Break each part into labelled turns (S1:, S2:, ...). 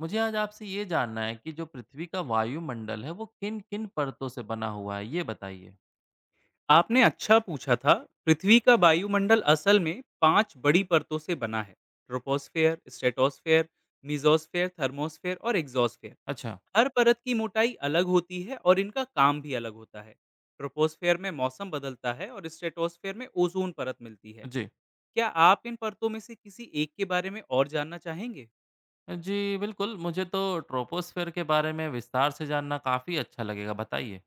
S1: मुझे आज आपसे ये जानना है कि जो पृथ्वी का वायुमंडल है वो किन किन परतों से बना हुआ है ये बताइए।
S2: आपने अच्छा पूछा था। पृथ्वी का वायुमंडल असल में पांच बड़ी परतों से बना है। ट्रोपोस्फेयर, स्ट्रेटोस्फेयर, मिजोस्फेयर, थर्मोस्फेयर और एग्जोस्फेयर।
S1: अच्छा।
S2: हर परत की मोटाई अलग होती है और इनका काम भी अलग होता है। ट्रोपोस्फेयर में मौसम बदलता है और स्ट्रेटोस्फेयर में ओजोन परत मिलती है।
S1: जी।
S2: क्या आप इन परतों में से किसी एक के बारे में और जानना चाहेंगे?
S1: जी बिल्कुल, मुझे तो ट्रोपोस्फेयर के बारे में विस्तार से जानना काफ़ी अच्छा लगेगा, बताइए।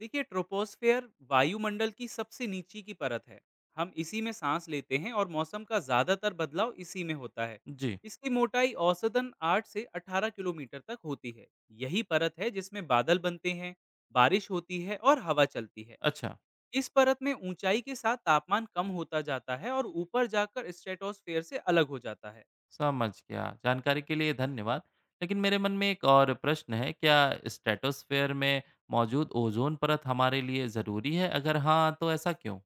S2: देखिए, ट्रोपोस्फेयर वायुमंडल की सबसे नीचे की परत है। हम इसी में सांस लेते हैं और मौसम का ज्यादातर बदलाव इसी में होता है।
S1: जी।
S2: इसकी मोटाई औसतन 8 से 18 किलोमीटर तक होती है। यही परत है जिसमें बादल बनते हैं, बारिश होती है और हवा चलती है।
S1: अच्छा।
S2: इस परत में ऊंचाई के साथ तापमान कम होता जाता है और ऊपर जाकर स्ट्रेटोस्फेयर से अलग हो जाता है।
S1: समझ गया, जानकारी के लिए धन्यवाद। लेकिन मेरे मन में एक और प्रश्न है, क्या स्ट्रेटोस्फेयर में मौजूद ओजोन परत हमारे लिए ज़रूरी है? अगर हाँ तो ऐसा क्यों?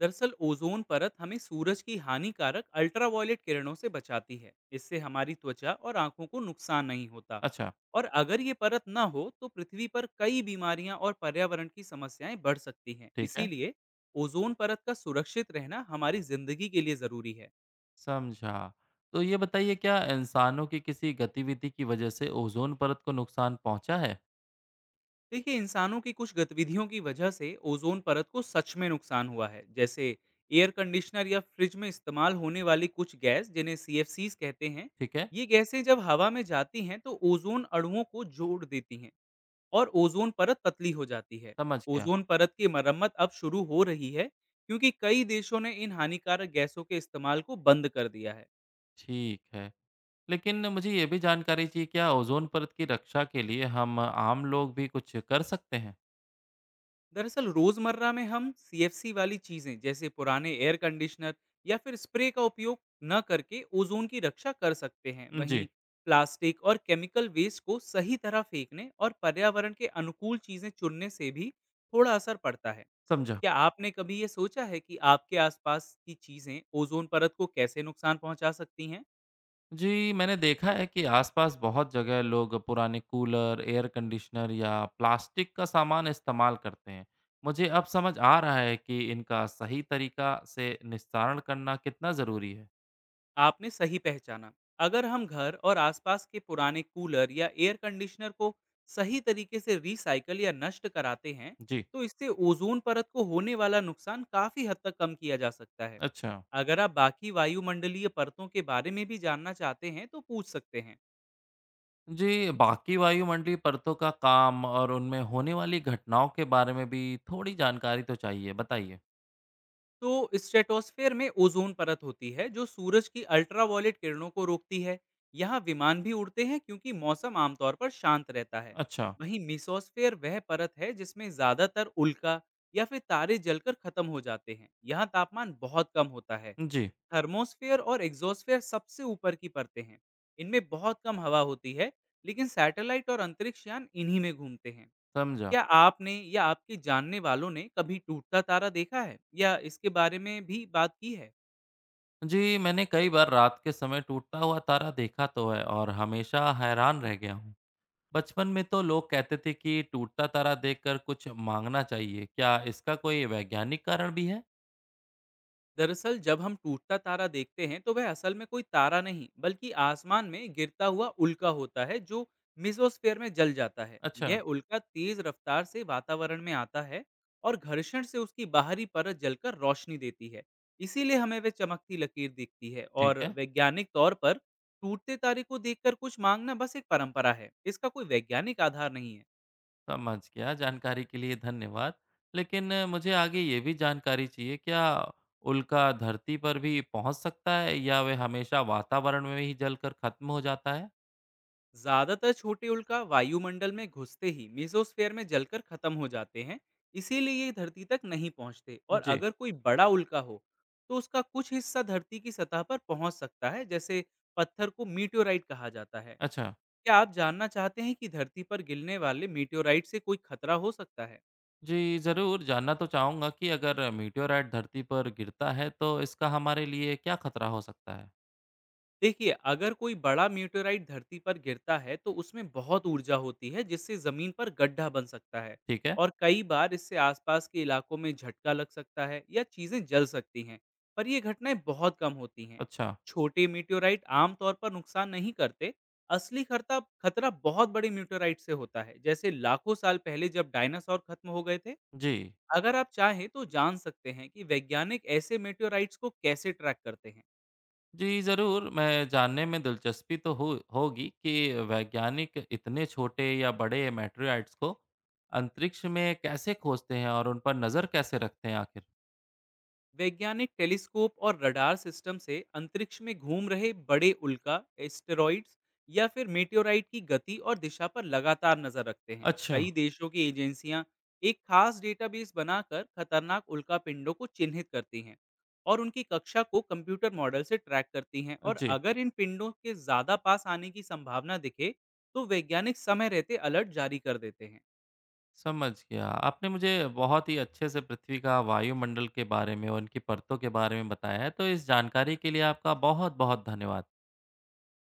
S2: दरअसल ओजोन परत हमें सूरज की हानिकारक अल्ट्रावायलेट किरणों से बचाती है। इससे हमारी त्वचा और आंखों को नुकसान नहीं होता।
S1: अच्छा।
S2: और अगर ये परत ना हो तो पृथ्वी पर कई बीमारियां और पर्यावरण की समस्याएं बढ़ सकती हैं।
S1: ठीक है।
S2: इसीलिए ओजोन परत का सुरक्षित रहना हमारी जिंदगी के लिए जरूरी है।
S1: समझा। तो ये बताइए, क्या इंसानों की किसी गतिविधि की वजह से ओज़ोन परत को नुकसान पहुँचा है?
S2: देखिए, इंसानों की कुछ गतिविधियों की वजह से ओजोन परत को सच में नुकसान हुआ है। जैसे एयर कंडीशनर या फ्रिज में इस्तेमाल होने वाली कुछ गैस जिन्हें सी कहते हैं।
S1: ठीक है।
S2: ये गैसें जब हवा में जाती हैं तो ओजोन अणुओं को जोड़ देती हैं और ओजोन परत पतली हो जाती है।
S1: समझ गया।
S2: ओजोन परत की मरम्मत अब शुरू हो रही है क्योंकि कई देशों ने इन हानिकारक गैसों के इस्तेमाल को बंद कर दिया है।
S1: ठीक है। लेकिन मुझे ये भी जानकारी चाहिए, क्या ओज़ोन परत की रक्षा के लिए हम आम लोग भी कुछ कर सकते हैं?
S2: दरअसल रोजमर्रा में हम सीएफसी वाली चीजें जैसे पुराने एयर कंडीशनर या फिर स्प्रे का उपयोग न करके ओजोन की रक्षा कर सकते हैं। वहीं
S1: जी।
S2: प्लास्टिक और केमिकल वेस्ट को सही तरह फेंकने और पर्यावरण के अनुकूल चीजें चुनने से भी थोड़ा असर पड़ता है।
S1: समझा।
S2: क्या आपने कभी ये सोचा है कि आपके आसपास की चीजें ओजोन परत को कैसे नुकसान पहुंचा सकती हैं?
S1: जी, मैंने देखा है कि आसपास बहुत जगह लोग पुराने कूलर, एयर कंडीशनर या प्लास्टिक का सामान इस्तेमाल करते हैं। मुझे अब समझ आ रहा है कि इनका सही तरीका से निस्तारण करना कितना ज़रूरी है।
S2: आपने सही पहचाना। अगर हम घर और आसपास के पुराने कूलर या एयर कंडीशनर को सही तरीके से रिसाइकल या नष्ट कराते हैं
S1: जी।
S2: तो इससे ओजोन परत को होने वाला नुकसान काफी हद तक कम किया जा सकता है।
S1: अच्छा।
S2: अगर आप बाकी वायुमंडलीय परतों के बारे में भी जानना चाहते हैं तो पूछ सकते हैं।
S1: जी, बाकी वायुमंडलीय परतों का काम और उनमें होने वाली घटनाओं के बारे में भी थोड़ी जानकारी तो चाहिए, बताइए।
S2: तो स्ट्रेटोस्फेयर में ओजोन परत होती है जो सूरज की अल्ट्रावायलेट किरणों को रोकती है। यहाँ विमान भी उड़ते हैं क्योंकि मौसम आमतौर पर शांत रहता है।
S1: अच्छा।
S2: वहीं मिसोस्फेयर वह परत है जिसमें ज्यादातर उल्का या फिर तारे जलकर खत्म हो जाते हैं। यहाँ तापमान बहुत कम होता है।
S1: जी।
S2: थर्मोस्फेयर और एग्जोस्फेयर सबसे ऊपर की परतें हैं। इनमें बहुत कम हवा होती है लेकिन सैटेलाइट और अंतरिक्ष यान इन्हीं में घूमते हैं।
S1: समझा।
S2: क्या आपने या आपके जानने वालों ने कभी टूटता तारा देखा है या इसके बारे में भी बात की है?
S1: जी, मैंने कई बार रात के समय टूटता हुआ तारा देखा तो है और हमेशा हैरान रह गया हूँ। बचपन में तो लोग कहते थे कि टूटता तारा देखकर कुछ माँगना चाहिए, क्या इसका कोई वैज्ञानिक कारण भी है?
S2: दरअसल जब हम टूटता तारा देखते हैं तो वह असल में कोई तारा नहीं बल्कि आसमान में गिरता हुआ उल्का होता है जो मेसोस्फेयर में जल जाता है।
S1: अच्छा।
S2: यह उल्का तेज रफ्तार से वातावरण में आता है और घर्षण से उसकी बाहरी परत जलकर रोशनी देती है। इसीलिए हमें वह चमकती लकीर दिखती है।
S1: ठीक
S2: और
S1: है।
S2: वैज्ञानिक तौर पर टूटते तारे को देखकर कुछ मांगना बस एक परंपरा है। इसका कोई वैज्ञानिक आधार नहीं है।
S1: समझ गया। जानकारी के लिए धन्यवाद। लेकिन मुझे आगे ये भी जानकारी चाहिए, क्या उल्का धरती पर भी पहुँच सकता है या वह हमेशा वातावरण में ही जलकर खत्म हो जाता है?
S2: ज्यादातर छोटे उल्का वायुमंडल में घुसते ही मेसोस्फेयर में जलकर खत्म हो जाते हैं, इसीलिए ये धरती तक नहीं पहुंचते। और
S1: जी।
S2: अगर कोई बड़ा उल्का हो तो उसका कुछ हिस्सा धरती की सतह पर पहुंच सकता है। जैसे पत्थर को मीटियोराइट कहा जाता है।
S1: अच्छा।
S2: क्या आप जानना चाहते हैं कि धरती पर गिरने वाले मीटियोराइट से कोई खतरा हो सकता है?
S1: जी, ज़रूर जानना तो चाहूँगा कि अगर मेटेओराइट धरती पर गिरता है तो इसका हमारे लिए क्या खतरा हो सकता है?
S2: देखिए, अगर कोई बड़ा मेटेओराइट धरती पर गिरता है, तो उसमें बहुत ऊर्जा होती है, जिससे ज़मीन पर गड्ढा बन सकता है,
S1: ठीक है।
S2: और कई बार इससे आसपास के इलाकों में झटका लग सकता है या चीज़ें जल सकती हैं, पर ये घटनाएं बहुत कम होती हैं।
S1: अच्छा।
S2: छोटे मेटेओराइट आमतौर पर नुकसान नहीं करते। असली खतरा खतरा बहुत बड़े मेटेओराइट से होता है, जैसे लाखों साल पहले जब डायनासोर खत्म हो गए थे।
S1: जी।
S2: अगर आप चाहें तो जान सकते हैं कि वैज्ञानिक ऐसे मेटेओराइट्स को कैसे ट्रैक करते हैं।
S1: जी ज़रूर, मैं जानने में दिलचस्पी तो हो होगी कि वैज्ञानिक इतने छोटे या बड़े मेटेराइट्स को अंतरिक्ष में कैसे खोजते हैं और उन पर नज़र कैसे रखते हैं आखिर?
S2: वैज्ञानिक टेलीस्कोप और रडार सिस्टम से अंतरिक्ष में घूम रहे बड़े उल्का, एस्टेरॉइड्स या फिर मेटेओराइट की गति और दिशा पर लगातार नजर रखते हैं।
S1: अच्छा।
S2: कई देशों की एजेंसियां एक खास डेटाबेस बनाकर खतरनाक उल्का पिंडों को चिन्हित करती हैं और उनकी कक्षा को कंप्यूटर मॉडल से ट्रैक करती हैं। और
S1: जी।
S2: अगर इन पिंडों के ज़्यादा पास आने की संभावना दिखे तो वैज्ञानिक समय रहते अलर्ट जारी कर देते हैं।
S1: समझ गया। आपने मुझे बहुत ही अच्छे से पृथ्वी का वायुमंडल के बारे में और उनकी परतों के बारे में बताया है, तो इस जानकारी के लिए आपका बहुत-बहुत धन्यवाद।